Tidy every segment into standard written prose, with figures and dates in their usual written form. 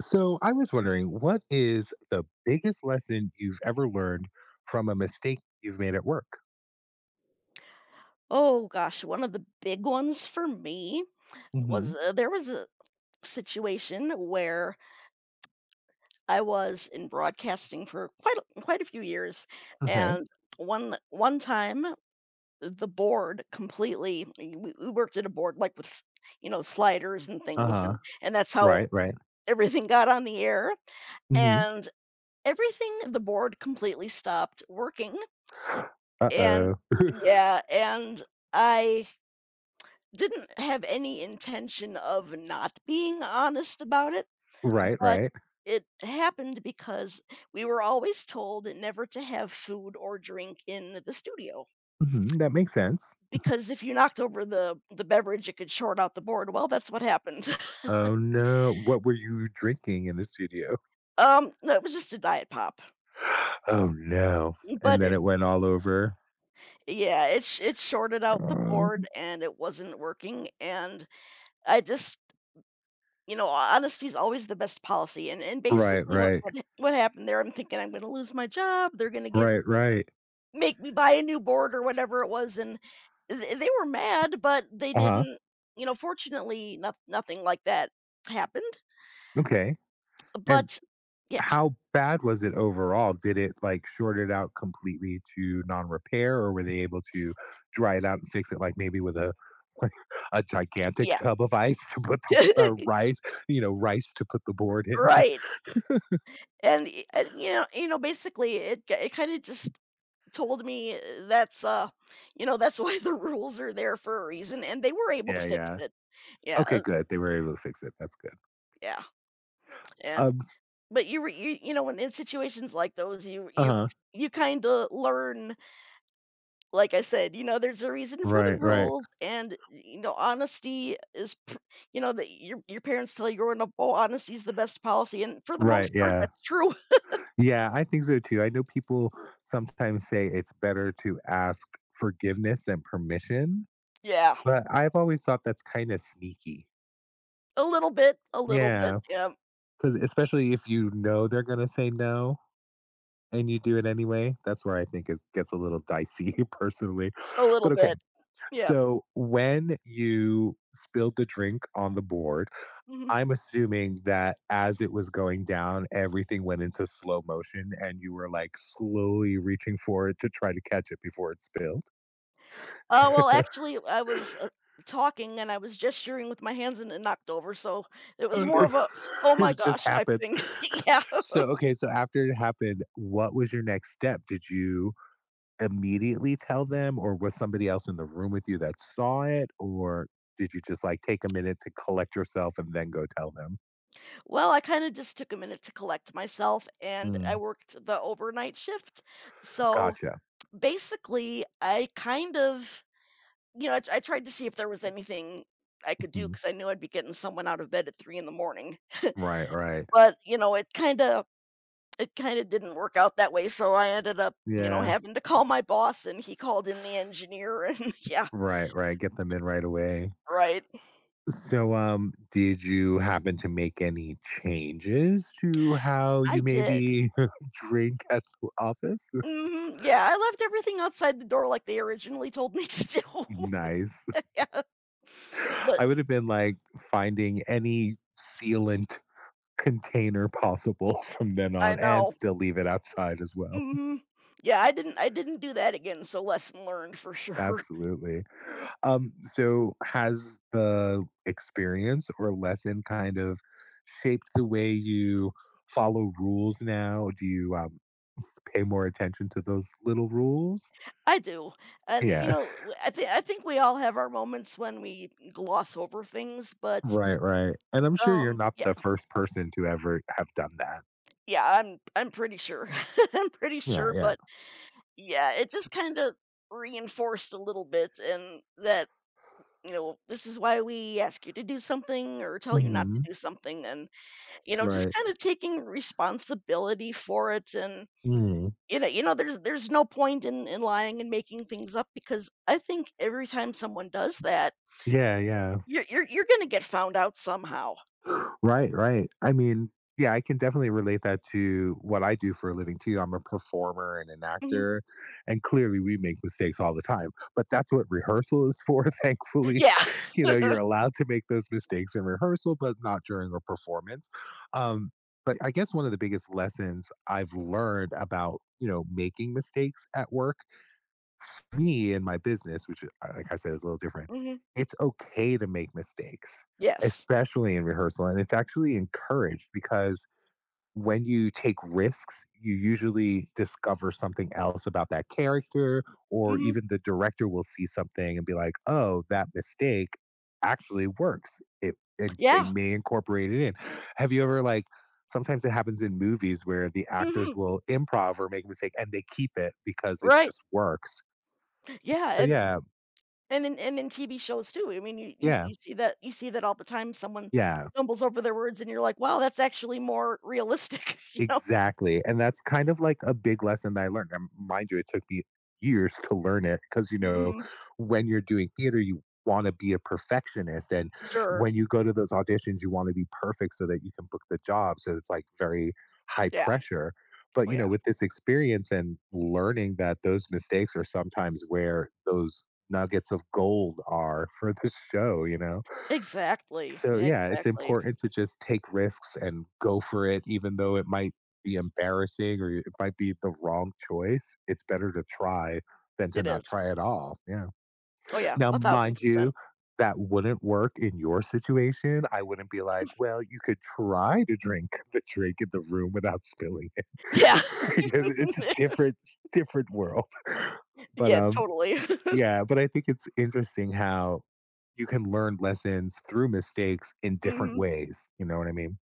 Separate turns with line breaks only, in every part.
So I was wondering, what is the biggest lesson you've ever learned from a mistake you've made at work?
Oh gosh, one of the big ones for me was
Hmm.
there was a situation where I was in broadcasting for quite a few years,
Okay.
and one time the board completely we worked at a board like with you know sliders and
Uh
things
huh.
and that's how
Right. Right.
everything got on the air
Hmm.
and everything the board completely stopped working
Uh
and
oh.
yeah and I didn't have any intention of not being honest about it,
Right.
but
Right.
it happened because we were always told never to have food or drink in the studio,
Hmm. That makes sense.
because if you knocked over the beverage, it could short out the board. Well, that's what happened.
Oh no! What were you drinking in the studio?
No, it was just a diet pop,
Oh no! And
but
then
it
it went all over.
yeah, it shorted out the
Oh,
board, and it wasn't working, and I just you know, honesty is always the best policy, and
right.
basically what
Right.
what what happened there, I'm thinking I'm gonna lose my job, they're gonna give
Right. Right.
make me buy a new board or whatever it was, and they were mad, but they
Uh
didn't
huh.
you know, fortunately, nothing like that happened,
Okay. And
but yeah,
how bad was it overall? Did it, like, short it out completely to non-repair, or were they able to dry it out and fix it, like, maybe with a like, a gigantic
yeah.
tub of ice to put the uh, rice you know, rice to put the board in?
Right, and, you know, basically, it kinda just told me that's, uh you know, that's why the rules are there for a reason, and they were able to
Yeah,
fix
yeah.
it. Yeah,
Okay, good. They were able to fix it. That's good.
yeah, and
Um
but you were you know, when in situations like those, you
Uh-huh.
you kinda learn, like I said, you know, there's a reason for the
Right, right.
rules and, you know, honesty is pr you know, that your parents tell you growing up, "Oh, honesty is the best policy," and for the
Right,
most part,
yeah.
that's true.
Yeah, I think so too. I know people sometimes say it's better to ask forgiveness than permission,
Yeah.
but I've always thought that's kinda sneaky.
A little bit,
Yeah.
yeah,
'Cause especially if you know they're gonna say no and you do it anyway, that's where I think it gets a little dicey personally.
a little
But okay,
bit. Yeah.
so when you spilled the drink on the board,
Mhm.
I'm assuming that as it was going down, everything went into slow motion and you were like slowly reaching for it to try to catch it before it spilled.
Well, actually, I was, talking and I was gesturing with my hands and it knocked over, so it was
And
more
it
of a, "Oh my
it just
gosh," type
happened.
thing. Yeah.
So, okay, so after it happened, what was your next step? Did you immediately tell them, or was somebody else in the room with you that saw it, or did you just, like, take a minute to collect yourself and then go tell them?
Well, I kinda just took a minute to collect myself, and I
Mm,
worked the overnight shift. So,
gotcha.
basically, I kind of you know, I tried to see if there was anything I could do
Mhm.
because I knew I'd be getting someone out of bed at 3 in the morning,
Right, right.
but, you know, it kinda didn't work out that way, so I ended up, you know,
Yeah.
having to call my boss, and he called in the engineer, and yeah,
Right, right, get them in right away.
right.
So, did you happen to make any changes to how
I
you
did.
maybe drink at the office?
Mhm, yeah, I left everything outside the door like they originally told me to do.
Nice.
Yeah. But
I would have been, like, finding any sealant container possible from then
I
on and
know.
still leave it outside as well.
Mhm. Yeah, I didn't do that again, so lesson learned for sure.
Absolutely. So has the experience or lesson kind of shaped the way you follow rules now? Do you pay more attention to those little rules?
I do. And, you
Yeah,
know, w I think. I think we all have our moments when we gloss over things, but,
right, right. And I'm sure you're not the
yeah
first person to ever have done that.
yeah, I'm pretty sure. I'm pretty
Yeah,
sure,
yeah.
but, yeah, it just kinda reinforced a little bit and that, you know, this is why we ask you to do something or tell you not to
Hmm.
do something and, you know, just
Right.
kinda taking responsibility for it and
Hmm.
you know you know, there's no point in lying and making things up because I think every time someone does that,
Yeah, yeah.
you're you're gonna get found out somehow.
Right, right. I mean, yeah, I can definitely relate that to what I do for a living too. I'm a performer and an
Mhm.
actor, and clearly we make mistakes all the time. But that's what rehearsal is for, thankfully.
Yeah.
You know, you're allowed to make those mistakes in rehearsal, but not during a performance. Um, but I guess one of the biggest lessons I've learned about, you know, making mistakes at work for me and my business, which like I said is a little different,
Mhm.
it's okay to make mistakes,
Yes.
especially in rehearsal. And it's actually encouraged because when you take risks, you usually discover something else about that character, or
Mhm.
even the director will see something and be like, oh, that mistake actually works. It and they
Yeah.
may incorporate it in. Have you ever like sometimes it happens in movies where the actors
Mhm.
will improv or make a mistake and they keep it because it
Right.
just works.
Yeah,
So
and
yeah,
and in TV shows too. I mean, you
yeah,
you see that all the time. Someone
yeah,
stumbles over their words and you're like, "Wow, that's actually more realistic," you know?
exactly. And that's kind of like a big lesson that I learned. And mind you, it took me years to learn it because you know,
Mhm.
when you're doing theater, you want to be a perfectionist, and
Sure.
when you go to those auditions, you want to be perfect so that you can book the job. So it's like very high
Yeah.
pressure. But
Oh,
you
yeah.
know, with this experience and learning that those mistakes are sometimes where those nuggets of gold are for the show, you know.
Exactly.
So, yeah, it's
Exactly.
important to just take risks and go for it, even though it might be embarrassing or it might be the wrong choice. It's better to try than to
It
not
is.
try at all. Yeah.
Oh, yeah,
Now, mind
1000%.
you, that wouldn't work in your situation. I wouldn't be like, well, you could try to drink the drink in the room without spilling it.
Yeah.
it's a different, different world. But
Yeah,
um,
totally.
yeah, but I think it's interesting how you can learn lessons through mistakes in different
Mhm.
ways. You know what I mean?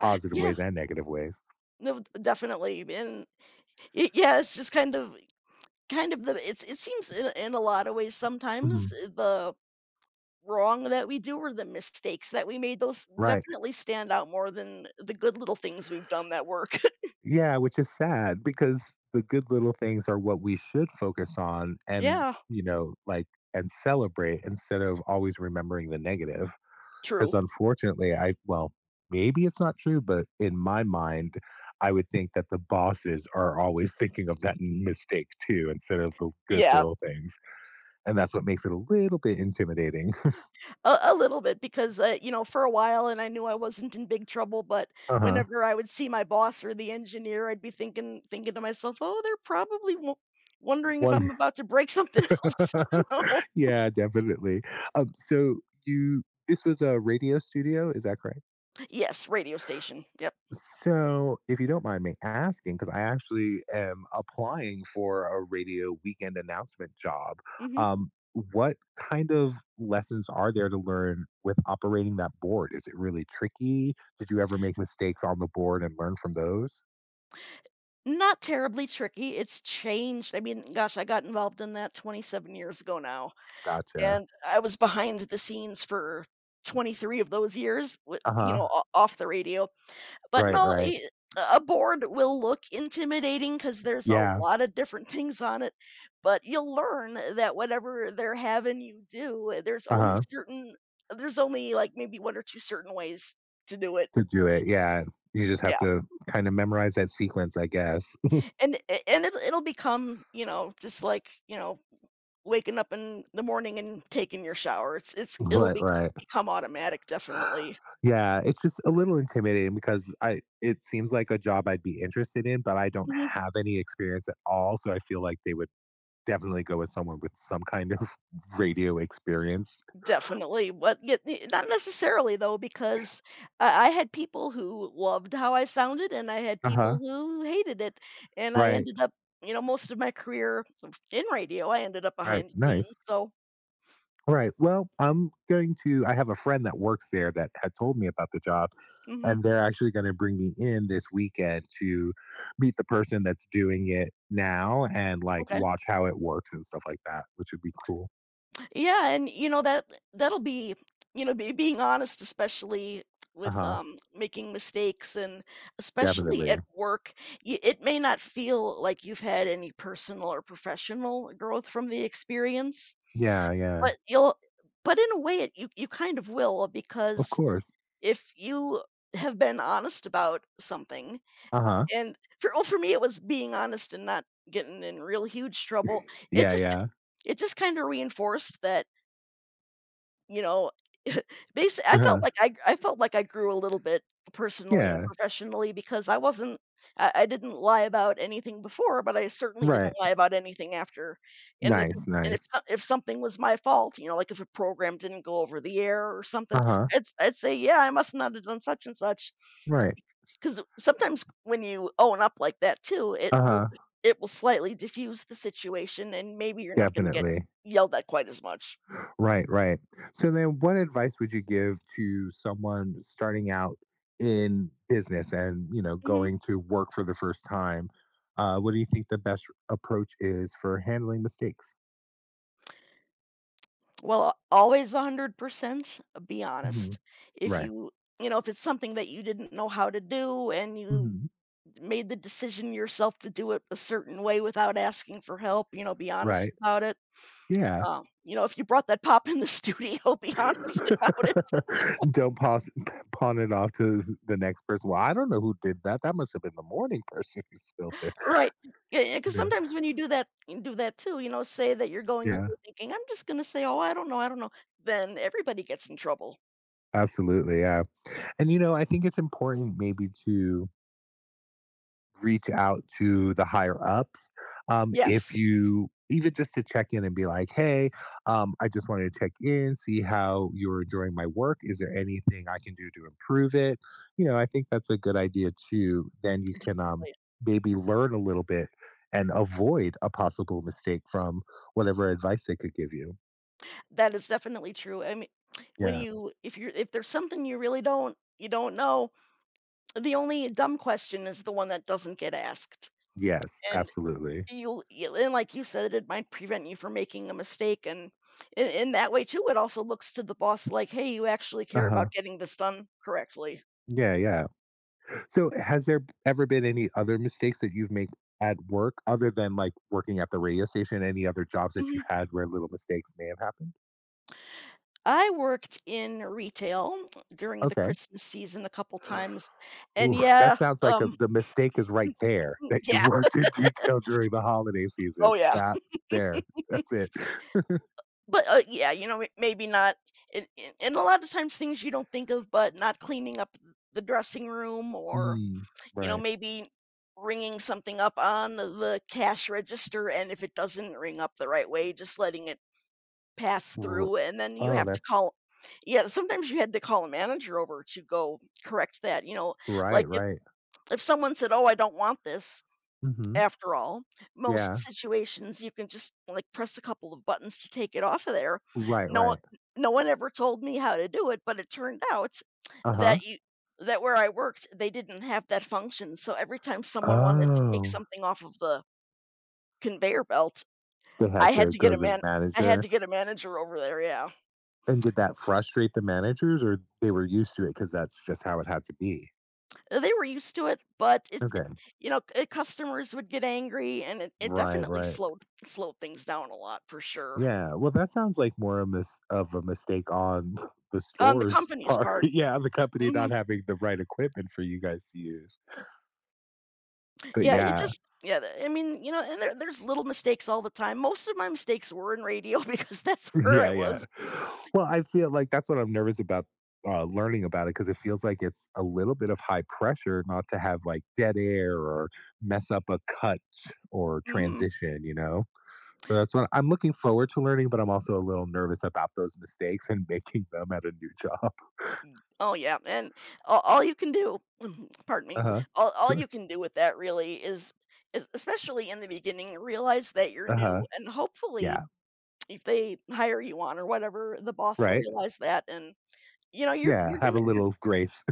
Positive
Yeah.
ways and negative ways.
No, d definitely, and y yeah, it's just kind of the it's it seems in a lot of ways sometimes
Hmm.
the wrong that we do or the mistakes that we made, those
Right.
definitely stand out more than the good little things we've done that work.
Yeah, which is sad because the good little things are what we should focus on and,
Yeah.
you know, like, and celebrate instead of always remembering the negative. Because
True.
unfortunately, I, well, maybe it's not true, but in my mind, I would think that the bosses are always thinking of that mistake too instead of the good
Yeah.
little things. And that's what makes it a little bit intimidating.
A little bit because, you know, for a while and I knew I wasn't in big trouble, but
Uh-huh.
whenever I would see my boss or the engineer, I'd be thinking to myself, "Oh, they're probably wo wondering if
One.
I'm about to break something else," you know?
Yeah, definitely. So you this was a radio studio, is that correct?
Yes, radio station. Yep.
So, if you don't mind me asking, because I actually am applying for a radio weekend announcement job,
Mhm.
um, what kind of lessons are there to learn with operating that board? Is it really tricky? Did you ever make mistakes on the board and learn from those?
Not terribly tricky, it's changed. I mean, gosh, I got involved in that 27 years ago now,
Gotcha.
and I was behind the scenes for 23 of those years with
Uh
you
huh.
know, o off the radio. But
Right,
no,
right.
I a board will look intimidating because there's a
Yeah.
lot of different things on it, but you'll learn that whatever they're having you do, eh, there's
Uh
only
huh.
certain there's only, like, maybe 1 or 2 certain ways to do it.
To do it, yeah. You just
Yeah,
have to kinda memorize that sequence, I guess.
and it'll become, you know, just like, you know, waking up in the morning and taking your shower. It's it'll
Right,
be
right.
become automatic, definitely.
Yeah, it's just a little intimidating because I it seems like a job I'd be interested in, but I don't
Mhm.
have any experience at all, so I feel like they would definitely go with someone with some kind of radio experience.
Definitely, what yet not necessarily though, because I had people who loved how I sounded, and I had people
Uh-huh.
who hated it, and I
Right,
ended up you know, most of my career in radio, I ended up
right,
behind the scenes,
nice.
so
Right. Well, I'm going to I have a friend that works there that had told me about the job,
mhm,
and they're actually going to bring me in this weekend to meet the person that's doing it now and like
okay.
watch how it works and stuff like that, which would be cool.
Yeah, and, you know, that'll be you know, be being honest, especially
Uh
with,
huh.
making mistakes and especially
Definitely.
at work, y it may not feel like you've had any personal or professional growth from the experience.
Yeah. Yeah.
But you'll but in a way, it you you kind of will
Of
because
course.
if you have been honest about something
Uh huh.
and for well, for me, it was being honest and not getting in real huge trouble. It
Yeah.
just
Yeah.
kinda reinforced that you know, basically, I
Uh
felt
huh.
like I felt like I grew a little bit personally and
Yeah.
professionally because I didn't lie about anything before, but I certainly didn't
Right.
lie about anything after, and if
Nice. Nice.
if something was my fault, you know, like if a program didn't go over the air or something,
Uh huh.
I'd say, "Yeah, I must not have done such and such,"
Right.
because sometimes when you own up like that too, it
Uh
will
huh.
slightly diffuse the situation, and maybe you're not gonna get
Definitely.
yelled at quite as much.
Right, right. So then what advice would you give to someone starting out in business and, you know,
Mhm.
going to work for the first time? What do you think the best approach is for handling mistakes?
Well, always 100%, be
Hmm.
honest. If
Right.
you, you know, if it's something that you didn't know how to do and you
Hmm.
made the decision yourself to do it a certain way without asking for help, you know, be honest
Right.
about it.
Yeah.
You know, if you brought that pop in the studio, be honest about it.
don't pass, pawn it off to the next person. Well, I don't know who did that. That must have been the morning person who spilled it.
Right. Yeah, because
You know?
sometimes when you do that too, you know, say that you're going into
Yeah.
it thinking, I'm just going to say, oh, I don't know. Then everybody gets in trouble.
Absolutely. Yeah. And, you know, I think it's important maybe to reach out to the higher ups if
Yes.
you even just to check in and be like, hey, I just wanted to check in, see how you're enjoying my work. Is there anything I can do to improve it? You know, I think that's a good idea. Too then you can maybe learn a little bit and avoid a possible mistake from whatever advice they could give you.
That is definitely true. I mean, when
Yeah.
you if there's something you really don't you don't know, the only dumb question is the one that doesn't get asked.
Yes,
And
absolutely.
you'll you and like you said, it might prevent you from making a mistake. And in that way too, it also looks to the boss like, hey, you actually care about
Uh-huh.
getting this done correctly.
Yeah, yeah. So has there ever been any other mistakes that you've made at work other than like working at the radio station? Any other jobs that
Mhm.
you've had where little mistakes may have happened?
I worked in retail during the
Okay.
Christmas season a couple times, and
Ooh,
yeah,
that sounds like a,
um,
the mistake is right there that you
yeah,
worked in detail during the holiday season.
oh yeah.
That there, that's it.
But, yeah, you know, m maybe not and a lot of times things you don't think of, but not cleaning up the dressing room or,
Mm,
you know,
right.
maybe ringing something up on the cash register, and if it doesn't ring up the right way, just letting it pass
R-
through, and then you
Oh,
have to
that's
call yeah, sometimes you had to call a manager over to go correct that, you know,
right,
like,
right.
if someone said, "Oh, I don't want this."
Hmm.
After all, most
Yeah.
situations, you can just, like, press a couple of buttons to take it off of there.
Right,
No o
right.
no one ever told me how to do it, but it turned out
Uh huh.
that you that where I worked, they didn't have that function, so every time someone wanted to take
Oh,
something off of the conveyor belt,
they had
I had
to
to get
go
a
to the
man I had
manager.
to get a manager over there, yeah.
And did that frustrate the managers or they were used to it because that's just how it had to be?
They were used to it, but it
Okay.
you know, c customers would get angry, and it
Right,
definitely
right.
slowed things down a lot for sure.
Yeah. Well, that sounds like more a mis- of a mistake on the
On the
store's
company's
part.
part
yeah, the company not
mhm.
having the right equipment for you guys to use. But
Yeah, it
yeah.
just yeah, th I mean, you know, and there's little mistakes all the time. Most of my mistakes were in radio because that's where I
Yeah, yeah.
was.
Well, I feel like that's what I'm nervous about learning about it because it feels like it's a little bit of high pressure not to have like dead air or mess up a cut or
Mhm.
transition, you know? So that's what I'm looking forward to learning, but I'm also a little nervous about those mistakes and making them at a new job.
Oh, yeah, and all you can do pardon me.
Uh-huh.
All you
Sure.
can do with that really is especially in the beginning, realize that you're
Uh-huh.
new, and hopefully,
Yeah.
if they hire you on or whatever, the boss will
Right.
realize that, and, you know, you're
Yeah.
you're
Have a
gonna you're
little grace.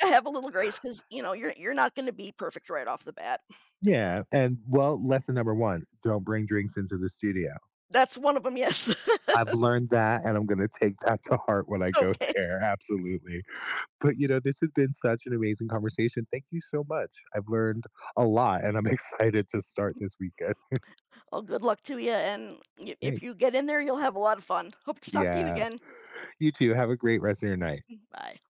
gonna have a little grace because you know, you're not gonna be perfect right off the bat.
yeah. And well, lesson number one, don't bring drinks into the studio.
That's one of them. Yes.
I've learned that and I'm gonna take that to heart when I go
Okay.
there. Absolutely. But you know, this has been such an amazing conversation. Thank you so much. I've learned a lot and I'm excited to start this weekend.
Well, good luck to you. And y- if you
Thanks.
get in there, you'll have a lot of fun. Hope to talk to you
Yeah.
again.
You too. Have a great rest of your night.
Bye.